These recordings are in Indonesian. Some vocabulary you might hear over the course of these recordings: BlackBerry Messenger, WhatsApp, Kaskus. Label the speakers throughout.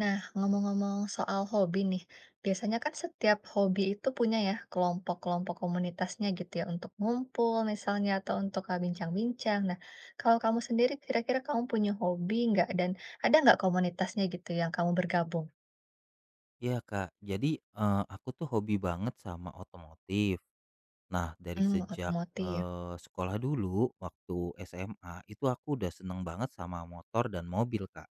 Speaker 1: Nah, ngomong-ngomong soal hobi nih, biasanya kan setiap hobi itu punya ya kelompok-kelompok komunitasnya gitu ya untuk ngumpul misalnya atau untuk bincang-bincang. Nah, kalau kamu sendiri kira-kira kamu punya hobi nggak dan ada nggak komunitasnya gitu yang kamu bergabung?
Speaker 2: Iya Kak, jadi, aku tuh hobi banget sama otomotif. Nah, dari
Speaker 1: Hmm,
Speaker 2: sejak,
Speaker 1: otomotif.
Speaker 2: sekolah dulu waktu SMA, itu aku udah seneng banget sama motor dan mobil Kak.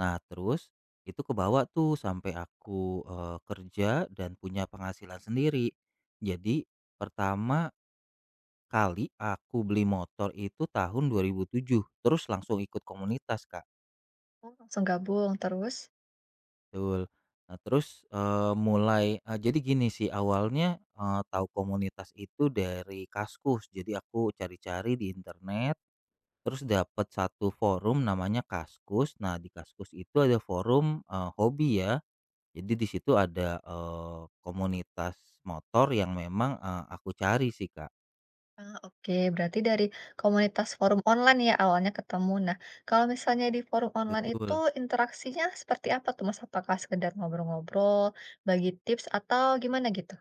Speaker 2: Nah terus, itu kebawa tuh sampai aku, kerja dan punya penghasilan sendiri. Jadi, pertama kali aku beli motor itu tahun 2007, terus langsung ikut komunitas Kak.
Speaker 1: Oh, langsung gabung terus?
Speaker 2: Betul. Nah terus, mulai jadi gini sih awalnya, tahu komunitas itu dari Kaskus. Jadi aku cari-cari di internet, terus dapat satu forum namanya Kaskus. Nah di Kaskus itu ada forum, hobi ya. Jadi di situ ada, komunitas motor yang memang, aku cari sih, Kak.
Speaker 1: Ah, oke, berarti dari komunitas forum online ya awalnya ketemu. Nah, kalau misalnya di forum online itu
Speaker 2: Betul.
Speaker 1: interaksinya seperti apa tuh Mas? Apakah sekedar ngobrol-ngobrol, bagi tips atau gimana gitu?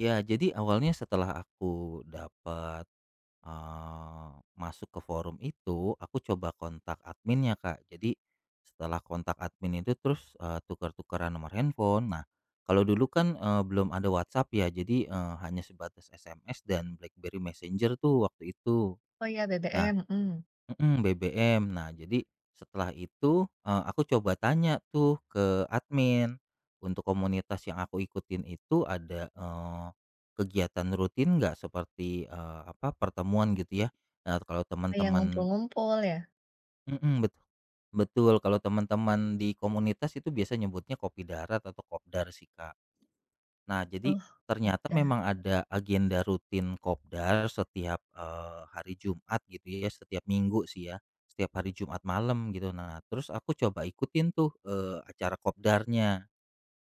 Speaker 2: Ya jadi awalnya setelah aku dapat. Masuk ke forum itu, aku coba kontak adminnya, Kak. Jadi, setelah kontak admin itu terus, tukar tukeran nomor handphone. Nah, kalau dulu kan, belum ada WhatsApp ya, jadi, hanya sebatas SMS dan BlackBerry Messenger tuh waktu itu.
Speaker 1: Oh iya
Speaker 2: Nah,
Speaker 1: BBM, mhm.
Speaker 2: mhm, BBM. Nah, jadi setelah itu, aku coba tanya tuh ke admin, untuk komunitas yang aku ikutin itu ada, kegiatan rutin nggak seperti, apa, pertemuan gitu ya. Nah, kalau
Speaker 1: Oh, yang
Speaker 2: teman-teman.
Speaker 1: ngumpul-ngumpul ya?
Speaker 2: Mhm, betul. Kalau teman-teman di komunitas itu biasa nyebutnya kopi darat atau kopdar sih, Kak. Nah,
Speaker 1: Oh,
Speaker 2: jadi ternyata
Speaker 1: oke.
Speaker 2: memang ada agenda rutin Kopdar setiap, hari Jumat gitu ya, setiap minggu sih ya, setiap hari Jumat malam gitu. Nah, terus aku coba ikutin tuh, acara Kopdarnya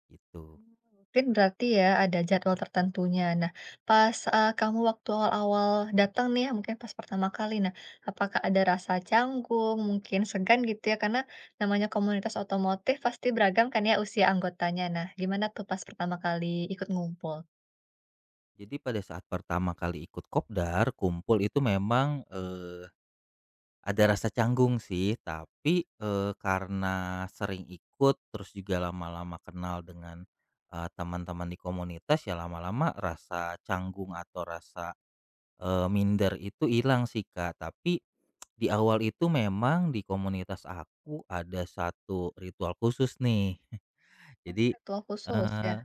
Speaker 2: gitu.
Speaker 1: Mungkin berarti ya ada jadwal tertentunya. Nah, pas, kamu waktu awal-awal datang nih ya, mungkin pas pertama kali, nah apakah ada rasa canggung, mungkin segan gitu ya? Karena namanya komunitas otomotif pasti beragam kan ya usia anggotanya. Nah, gimana tuh pas pertama kali ikut ngumpul?
Speaker 2: Jadi pada saat pertama kali ikut Kopdar, kumpul itu memang, ada rasa canggung sih, tapi, karena sering ikut terus juga lama-lama kenal dengan, teman-teman di komunitas ya lama-lama rasa canggung atau rasa minder itu hilang sih, Kak, tapi di awal itu memang di komunitas aku ada satu ritual khusus nih.
Speaker 1: Oh,
Speaker 2: Jadi,
Speaker 1: ketua khusus ya?
Speaker 2: eee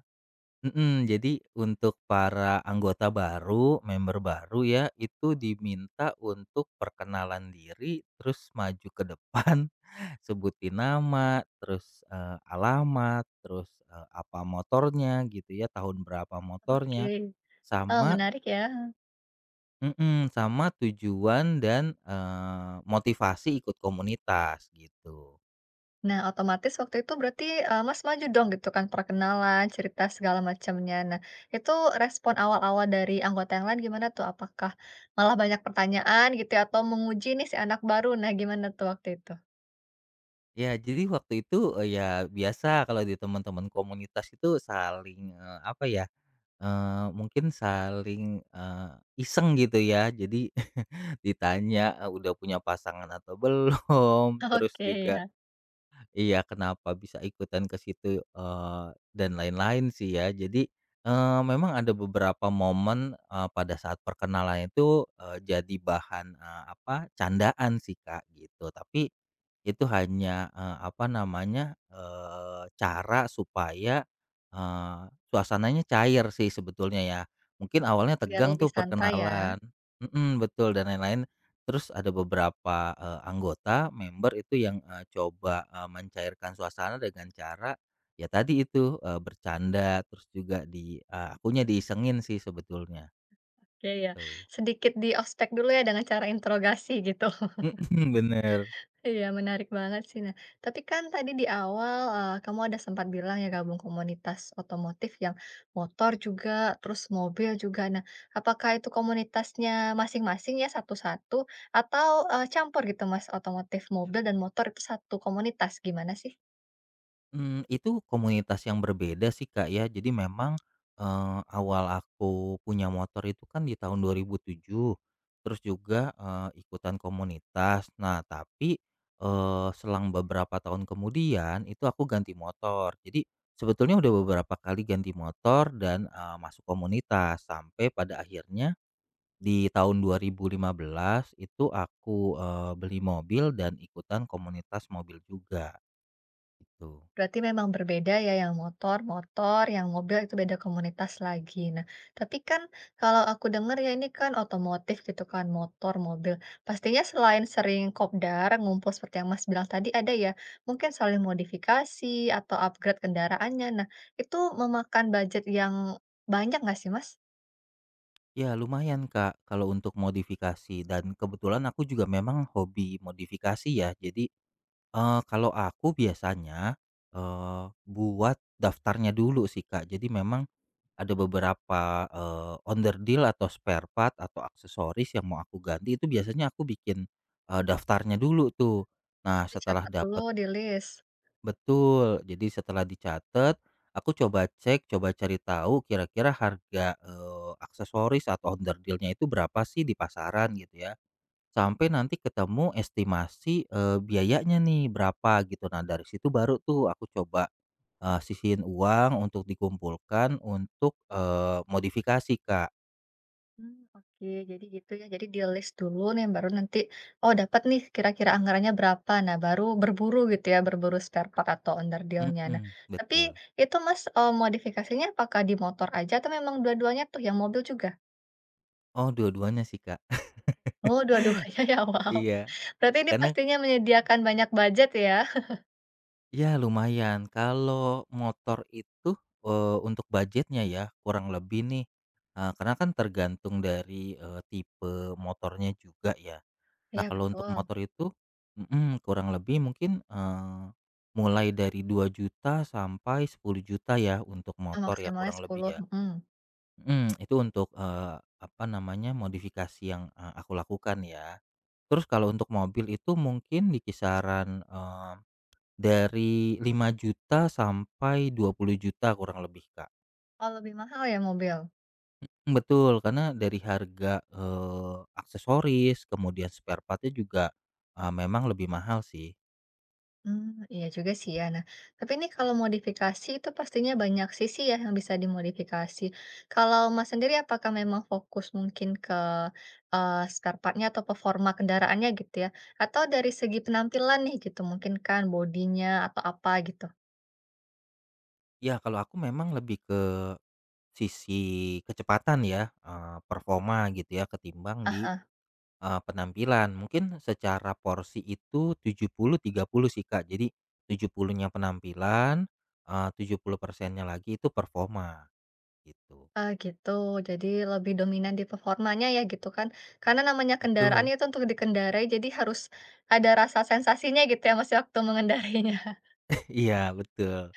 Speaker 2: mhm, jadi untuk para anggota baru, member baru ya, itu diminta untuk perkenalan diri, terus maju ke depan, sebutin nama, terus, alamat, terus, apa motornya gitu ya, tahun berapa
Speaker 1: Oke.
Speaker 2: motornya, sama
Speaker 1: Menarik ya.
Speaker 2: mhm, sama tujuan dan, motivasi ikut komunitas gitu.
Speaker 1: Nah, otomatis waktu itu berarti, Mas maju dong gitu kan perkenalan, cerita segala macamnya. Nah, itu respon awal-awal dari anggota yang lain gimana tuh? Apakah malah banyak pertanyaan gitu ya atau menguji nih si anak baru? Nah, gimana tuh waktu itu?
Speaker 2: Ya jadi waktu itu, ya biasa kalau di teman-teman komunitas itu saling, apa ya, mungkin saling, iseng gitu ya. Jadi ditanya, udah punya pasangan atau belum, terus
Speaker 1: Oke,
Speaker 2: juga.
Speaker 1: ya,
Speaker 2: Iya, kenapa bisa ikutan ke situ, dan lain-lain sih ya. Jadi, memang ada beberapa momen, pada saat perkenalan itu, jadi bahan, apa, candaan sih Kak, gitu. Tapi itu hanya, apa namanya, cara supaya, eee, suasananya cair sih sebetulnya ya. Mungkin awalnya
Speaker 1: biar
Speaker 2: tegang
Speaker 1: lebih
Speaker 2: tuh
Speaker 1: santai ya.
Speaker 2: perkenalan. Mhm, betul dan lain-lain. Terus ada beberapa, anggota member itu yang, coba, mencairkan suasana dengan cara ya tadi itu, bercanda terus juga di akunya diisengin sih sebetulnya
Speaker 1: Oke, ya.
Speaker 2: gitu.
Speaker 1: Sedikit di ospek dulu ya dengan cara interogasi gitu.
Speaker 2: Mhm, bener.
Speaker 1: Iya, menarik banget sih. Nah, tapi kan tadi di awal, kamu ada sempat bilang ya gabung komunitas otomotif yang motor juga, terus mobil juga. Nah, apakah itu komunitasnya masing-masing ya satu-satu atau, campur gitu Mas, otomotif, mobil, dan motor itu satu komunitas, gimana sih?
Speaker 2: Itu komunitas yang berbeda sih, Kak, ya. Jadi memang, awal aku punya motor itu kan di tahun 2007. Terus juga, ikutan komunitas. Nah, tapi, selang beberapa tahun kemudian itu aku ganti motor. Jadi sebetulnya udah beberapa kali ganti motor dan, masuk komunitas sampai pada akhirnya di tahun 2015 itu aku, beli mobil dan ikutan komunitas mobil juga, gitu.
Speaker 1: Berarti memang berbeda ya yang motor, motor, yang mobil itu beda komunitas lagi. Nah, tapi kan kalau aku dengar ya ini kan otomotif gitu kan, motor, mobil. Pastinya selain sering kopdar, ngumpul seperti yang Mas bilang tadi ada ya, mungkin saling modifikasi atau upgrade kendaraannya. Nah, itu memakan budget yang banyak nggak sih Mas?
Speaker 2: Ya lumayan Kak, kalau untuk modifikasi dan kebetulan aku juga memang hobi modifikasi ya. Jadi, kalau aku biasanya, buat daftarnya dulu sih Kak. Jadi memang ada beberapa, onderdil atau spare part atau aksesoris yang mau aku ganti itu biasanya aku bikin, daftarnya dulu tuh. Nah setelah
Speaker 1: Dicatat dulu
Speaker 2: dapat.
Speaker 1: di list.
Speaker 2: Betul, jadi setelah dicatat, aku coba cek, coba cari tahu kira-kira harga, aksesoris atau onderdilnya itu berapa sih di pasaran gitu ya, sampai nanti ketemu estimasi, biayanya nih berapa gitu. Nah dari situ baru tuh aku coba, sisihin uang untuk dikumpulkan untuk, modifikasi Kak.
Speaker 1: Mmm, oke jadi gitu ya, jadi di-list dulu nih baru nanti, oh dapat nih kira-kira anggarannya berapa, nah baru berburu gitu ya, berburu spare part atau under deal. Nah
Speaker 2: Mhm,
Speaker 1: tapi
Speaker 2: betul.
Speaker 1: itu Mas, modifikasinya apakah di motor aja atau memang dua-duanya tuh yang mobil juga?
Speaker 2: Oh dua-duanya sih Kak.
Speaker 1: Oh dua-duanya ya wow,
Speaker 2: Iya,
Speaker 1: berarti ini
Speaker 2: karena
Speaker 1: pastinya menyediakan banyak budget ya?
Speaker 2: ya lumayan, kalau motor itu, untuk budgetnya ya kurang lebih nih, karena kan tergantung dari, tipe motornya juga ya. Nah
Speaker 1: Iya
Speaker 2: kalau untuk
Speaker 1: betul,
Speaker 2: motor itu mhm, kurang lebih mungkin, mulai dari 2 juta sampai 10 juta ya untuk
Speaker 1: oh
Speaker 2: motor ya
Speaker 1: maksimalnya
Speaker 2: kurang lebih
Speaker 1: 10.
Speaker 2: ya.
Speaker 1: Mhm.
Speaker 2: Mhm, itu untuk, apa namanya, modifikasi yang, aku lakukan ya. Terus kalau untuk mobil itu mungkin di kisaran, eh, dari 5 juta sampai 20 juta kurang lebih, Kak.
Speaker 1: Oh lebih mahal ya mobil?
Speaker 2: Betul, karena dari harga, aksesoris, kemudian spare partnya juga, memang lebih mahal sih.
Speaker 1: Mmm, iya juga sih ya. Nah, tapi ini kalau modifikasi itu pastinya banyak sisi ya yang bisa dimodifikasi. Kalau Mas sendiri apakah memang fokus mungkin ke, spare partnya atau performa kendaraannya gitu ya? Atau dari segi penampilan nih gitu mungkin kan bodinya atau apa gitu?
Speaker 2: Ya kalau aku memang lebih ke sisi kecepatan ya, performa gitu ya ketimbang
Speaker 1: Ah
Speaker 2: di,
Speaker 1: hah,
Speaker 2: penampilan. Mungkin secara porsi itu 70-30 sih, Kak. Jadi 70-nya penampilan, 70%-nya lagi itu performa gitu.
Speaker 1: gitu. Jadi lebih dominan di performanya ya gitu kan? Karena namanya kendaraan
Speaker 2: Betul.
Speaker 1: itu untuk dikendarai jadi harus ada rasa sensasinya gitu ya Mas, ya waktu mengendarainya.
Speaker 2: Iya, betul.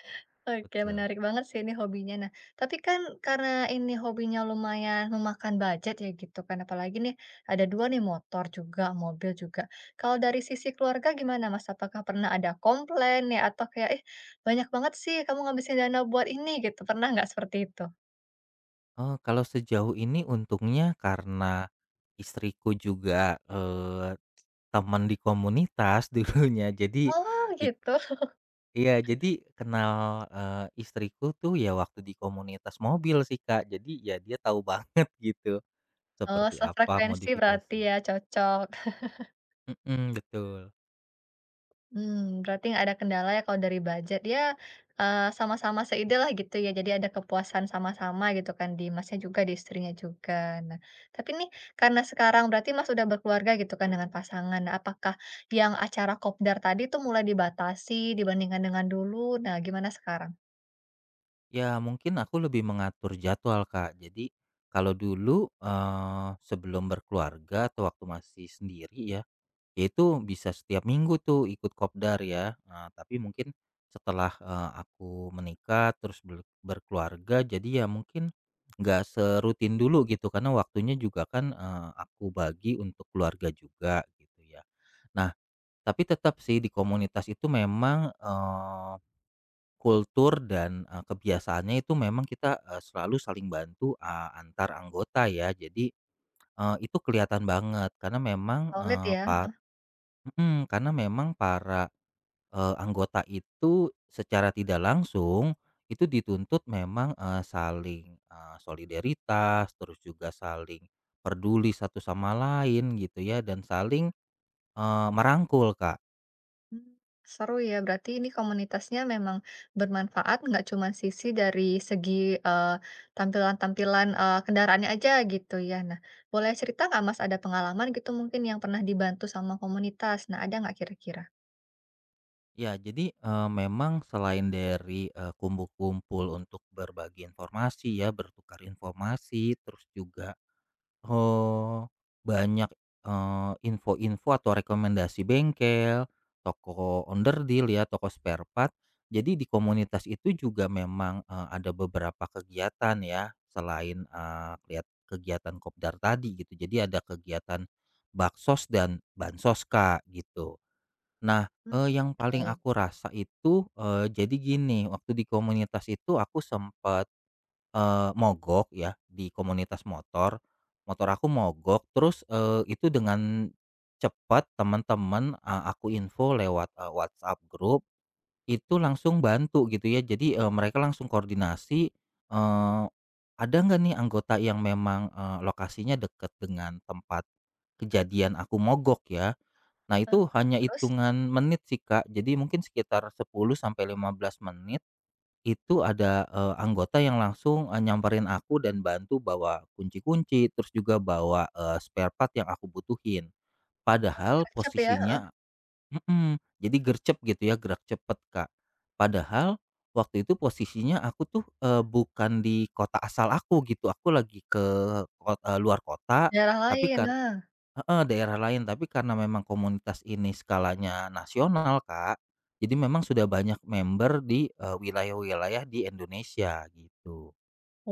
Speaker 1: Oke,
Speaker 2: Betul.
Speaker 1: menarik banget sih ini hobinya. Nah, tapi kan karena ini hobinya lumayan memakan budget ya gitu kan, apalagi nih ada dua nih motor juga, mobil juga. Kalau dari sisi keluarga gimana Mas? Apakah pernah ada komplain ya atau kayak, eh banyak banget sih kamu ngabisin dana buat ini gitu, pernah nggak seperti itu?
Speaker 2: Kalau sejauh ini untungnya karena istriku juga, teman di komunitas dulunya. Jadi
Speaker 1: Oh
Speaker 2: di
Speaker 1: gitu,
Speaker 2: ya jadi kenal, istriku tuh ya waktu di komunitas mobil sih, Kak. Jadi ya dia tahu banget gitu
Speaker 1: oh
Speaker 2: seperti apa
Speaker 1: sefrekuensi berarti
Speaker 2: modifikasi.
Speaker 1: ya, cocok.
Speaker 2: Mhm, betul.
Speaker 1: Hmm berarti nggak ada kendala ya kalau dari budget. Ya, sama-sama seide lah gitu ya, jadi ada kepuasan sama-sama gitu kan di Masnya juga, di istrinya juga. Nah, tapi nih karena sekarang berarti Mas udah berkeluarga gitu kan dengan pasangan. Nah, apakah yang acara kopdar tadi tuh mulai dibatasi dibandingkan dengan dulu? Nah, gimana sekarang?
Speaker 2: Ya mungkin aku lebih mengatur jadwal, Kak. Jadi kalau dulu, sebelum berkeluarga atau waktu masih sendiri ya yaitu bisa setiap minggu tuh ikut kopdar ya, tapi mungkin setelah, aku menikah terus berkeluarga jadi ya mungkin nggak serutin dulu gitu karena waktunya juga kan, aku bagi untuk keluarga juga gitu ya. Nah, tapi tetap sih di komunitas itu memang, kultur dan, kebiasaannya itu memang kita, selalu saling bantu, antar anggota ya. Jadi, itu kelihatan banget karena memang,
Speaker 1: Solid
Speaker 2: eh,
Speaker 1: ya?
Speaker 2: par Mhm, karena memang para, anggota itu secara tidak langsung itu dituntut memang, saling, solidaritas, terus juga saling peduli satu sama lain gitu ya dan saling, merangkul, Kak.
Speaker 1: Mmm, seru ya, berarti ini komunitasnya memang bermanfaat, nggak cuma sisi dari segi, eee, tampilan-tampilan, kendaraannya aja gitu ya. Nah, boleh cerita nggak Mas ada pengalaman gitu mungkin yang pernah dibantu sama komunitas? Nah, ada nggak kira-kira?
Speaker 2: Ya jadi, memang selain dari, kumpul-kumpul untuk berbagi informasi ya, bertukar informasi, terus juga. Oh, banyak, info-info atau rekomendasi bengkel, toko onderdeal ya, toko spare part. Jadi di komunitas itu juga memang, ada beberapa kegiatan ya, selain, lihat kegiatan Kopdar tadi gitu. Jadi ada kegiatan Baksos dan Bansos, Kak, gitu. Nah,
Speaker 1: Oke.
Speaker 2: yang paling aku rasa itu, jadi gini, waktu di komunitas itu aku sempat. Mogok ya, di komunitas motor, motor aku mogok terus, itu dengan cepat teman-teman, aku info lewat, WhatsApp grup, itu langsung bantu gitu ya. Jadi, mereka langsung koordinasi, eee, ada nggak nih anggota yang memang, lokasinya dekat dengan tempat kejadian aku mogok ya. Nah
Speaker 1: Heeh,
Speaker 2: itu hanya
Speaker 1: terus?
Speaker 2: hitungan menit sih Kak, jadi mungkin sekitar 10 sampai 15 menit itu ada, anggota yang langsung, nyamperin aku dan bantu bawa kunci-kunci, terus juga bawa, spare part yang aku butuhin. Padahal
Speaker 1: Ke ya? Heeh,
Speaker 2: posisinya mhm, jadi gercep gitu ya, gerak cepet, Kak. Padahal waktu itu posisinya aku tuh, bukan di kota asal aku gitu, aku lagi ke luar kota,
Speaker 1: daerah
Speaker 2: tapi
Speaker 1: lain,
Speaker 2: kar
Speaker 1: nah.
Speaker 2: Heeh, daerah lain, tapi karena memang komunitas ini skalanya nasional, Kak, jadi memang sudah banyak member di, wilayah-wilayah di Indonesia gitu.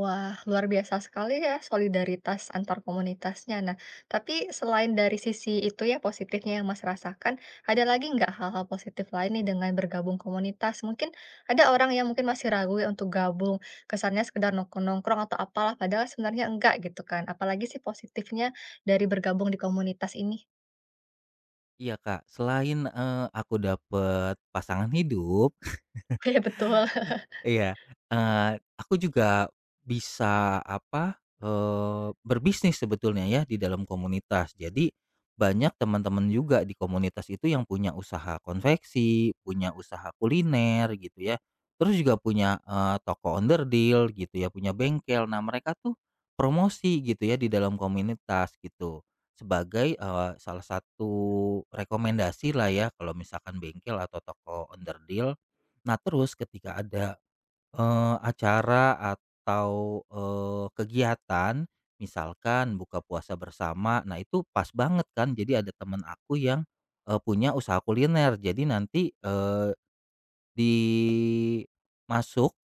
Speaker 1: Wah, luar biasa sekali ya solidaritas antar komunitasnya. Nah, tapi selain dari sisi itu ya positifnya yang Mas rasakan, ada lagi nggak hal-hal positif lain nih dengan bergabung komunitas? Mungkin ada orang yang mungkin masih ragu ya untuk gabung, kesannya sekedar nongkrong-nongkrong atau apalah, padahal sebenarnya enggak gitu kan. Apalagi sih positifnya dari bergabung di komunitas ini.
Speaker 2: Iya, Kak, selain, aku dapet pasangan hidup.
Speaker 1: Iya betul.
Speaker 2: Iya, aku juga bisa, apa, berbisnis sebetulnya ya di dalam komunitas. Jadi, banyak teman-teman juga di komunitas itu yang punya usaha konveksi, punya usaha kuliner gitu ya, terus juga punya, toko onderdil gitu ya, punya bengkel. Nah, mereka tuh promosi gitu ya di dalam komunitas gitu, sebagai, salah satu rekomendasi lah ya kalau misalkan bengkel atau toko onderdil. Nah, terus ketika ada acara atau, kegiatan, misalkan buka puasa bersama, nah itu pas banget kan, jadi ada teman aku yang, punya usaha kuliner. Jadi nanti, di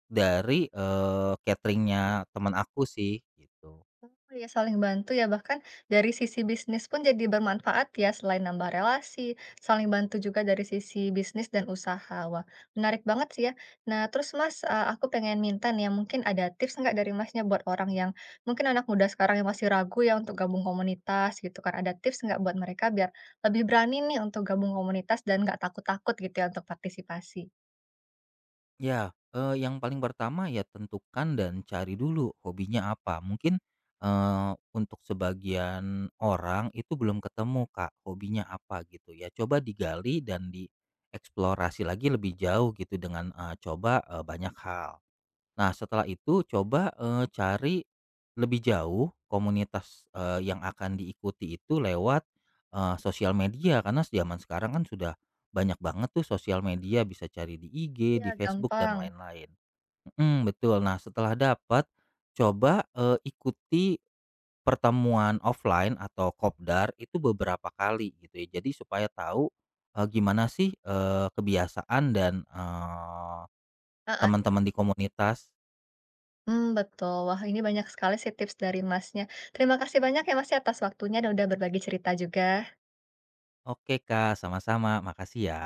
Speaker 2: dari, cateringnya teman aku sih, gitu.
Speaker 1: Oh iya, saling bantu ya, bahkan dari sisi bisnis pun jadi bermanfaat ya, selain nambah relasi, saling bantu juga dari sisi bisnis dan usaha. Wah, menarik banget sih ya. Nah, terus Mas, eh, aku pengen minta nih, ya, mungkin ada tips nggak dari Masnya buat orang yang mungkin anak muda sekarang yang masih ragu ya untuk gabung komunitas gitu kan? Ada tips nggak buat mereka biar lebih berani nih untuk gabung komunitas dan nggak takut-takut gitu ya untuk partisipasi?
Speaker 2: Ya, yang paling pertama ya tentukan dan cari dulu hobinya apa. Mungkin, untuk sebagian orang itu belum ketemu, Kak, hobinya apa gitu ya. Coba digali dan dieksplorasi lagi lebih jauh gitu dengan, coba, banyak hal. Nah, setelah itu coba, cari lebih jauh komunitas, yang akan diikuti itu lewat, sosial media karena zaman sekarang kan sudah banyak banget tuh sosial media bisa cari di IG,
Speaker 1: Iya,
Speaker 2: di Facebook dan
Speaker 1: gampang.
Speaker 2: lain-lain. Mhm, betul. Nah, setelah dapat coba, ikuti pertemuan offline atau kopdar itu beberapa kali gitu ya. Jadi supaya tahu, gimana sih, kebiasaan dan,
Speaker 1: Heeh.
Speaker 2: teman-teman di komunitas.
Speaker 1: Mmm, betul. Wah, ini banyak sekali sih tips dari Masnya. Terima kasih banyak ya Mas ya atas waktunya dan udah berbagi cerita juga.
Speaker 2: Oke Kak, sama-sama. Makasih ya.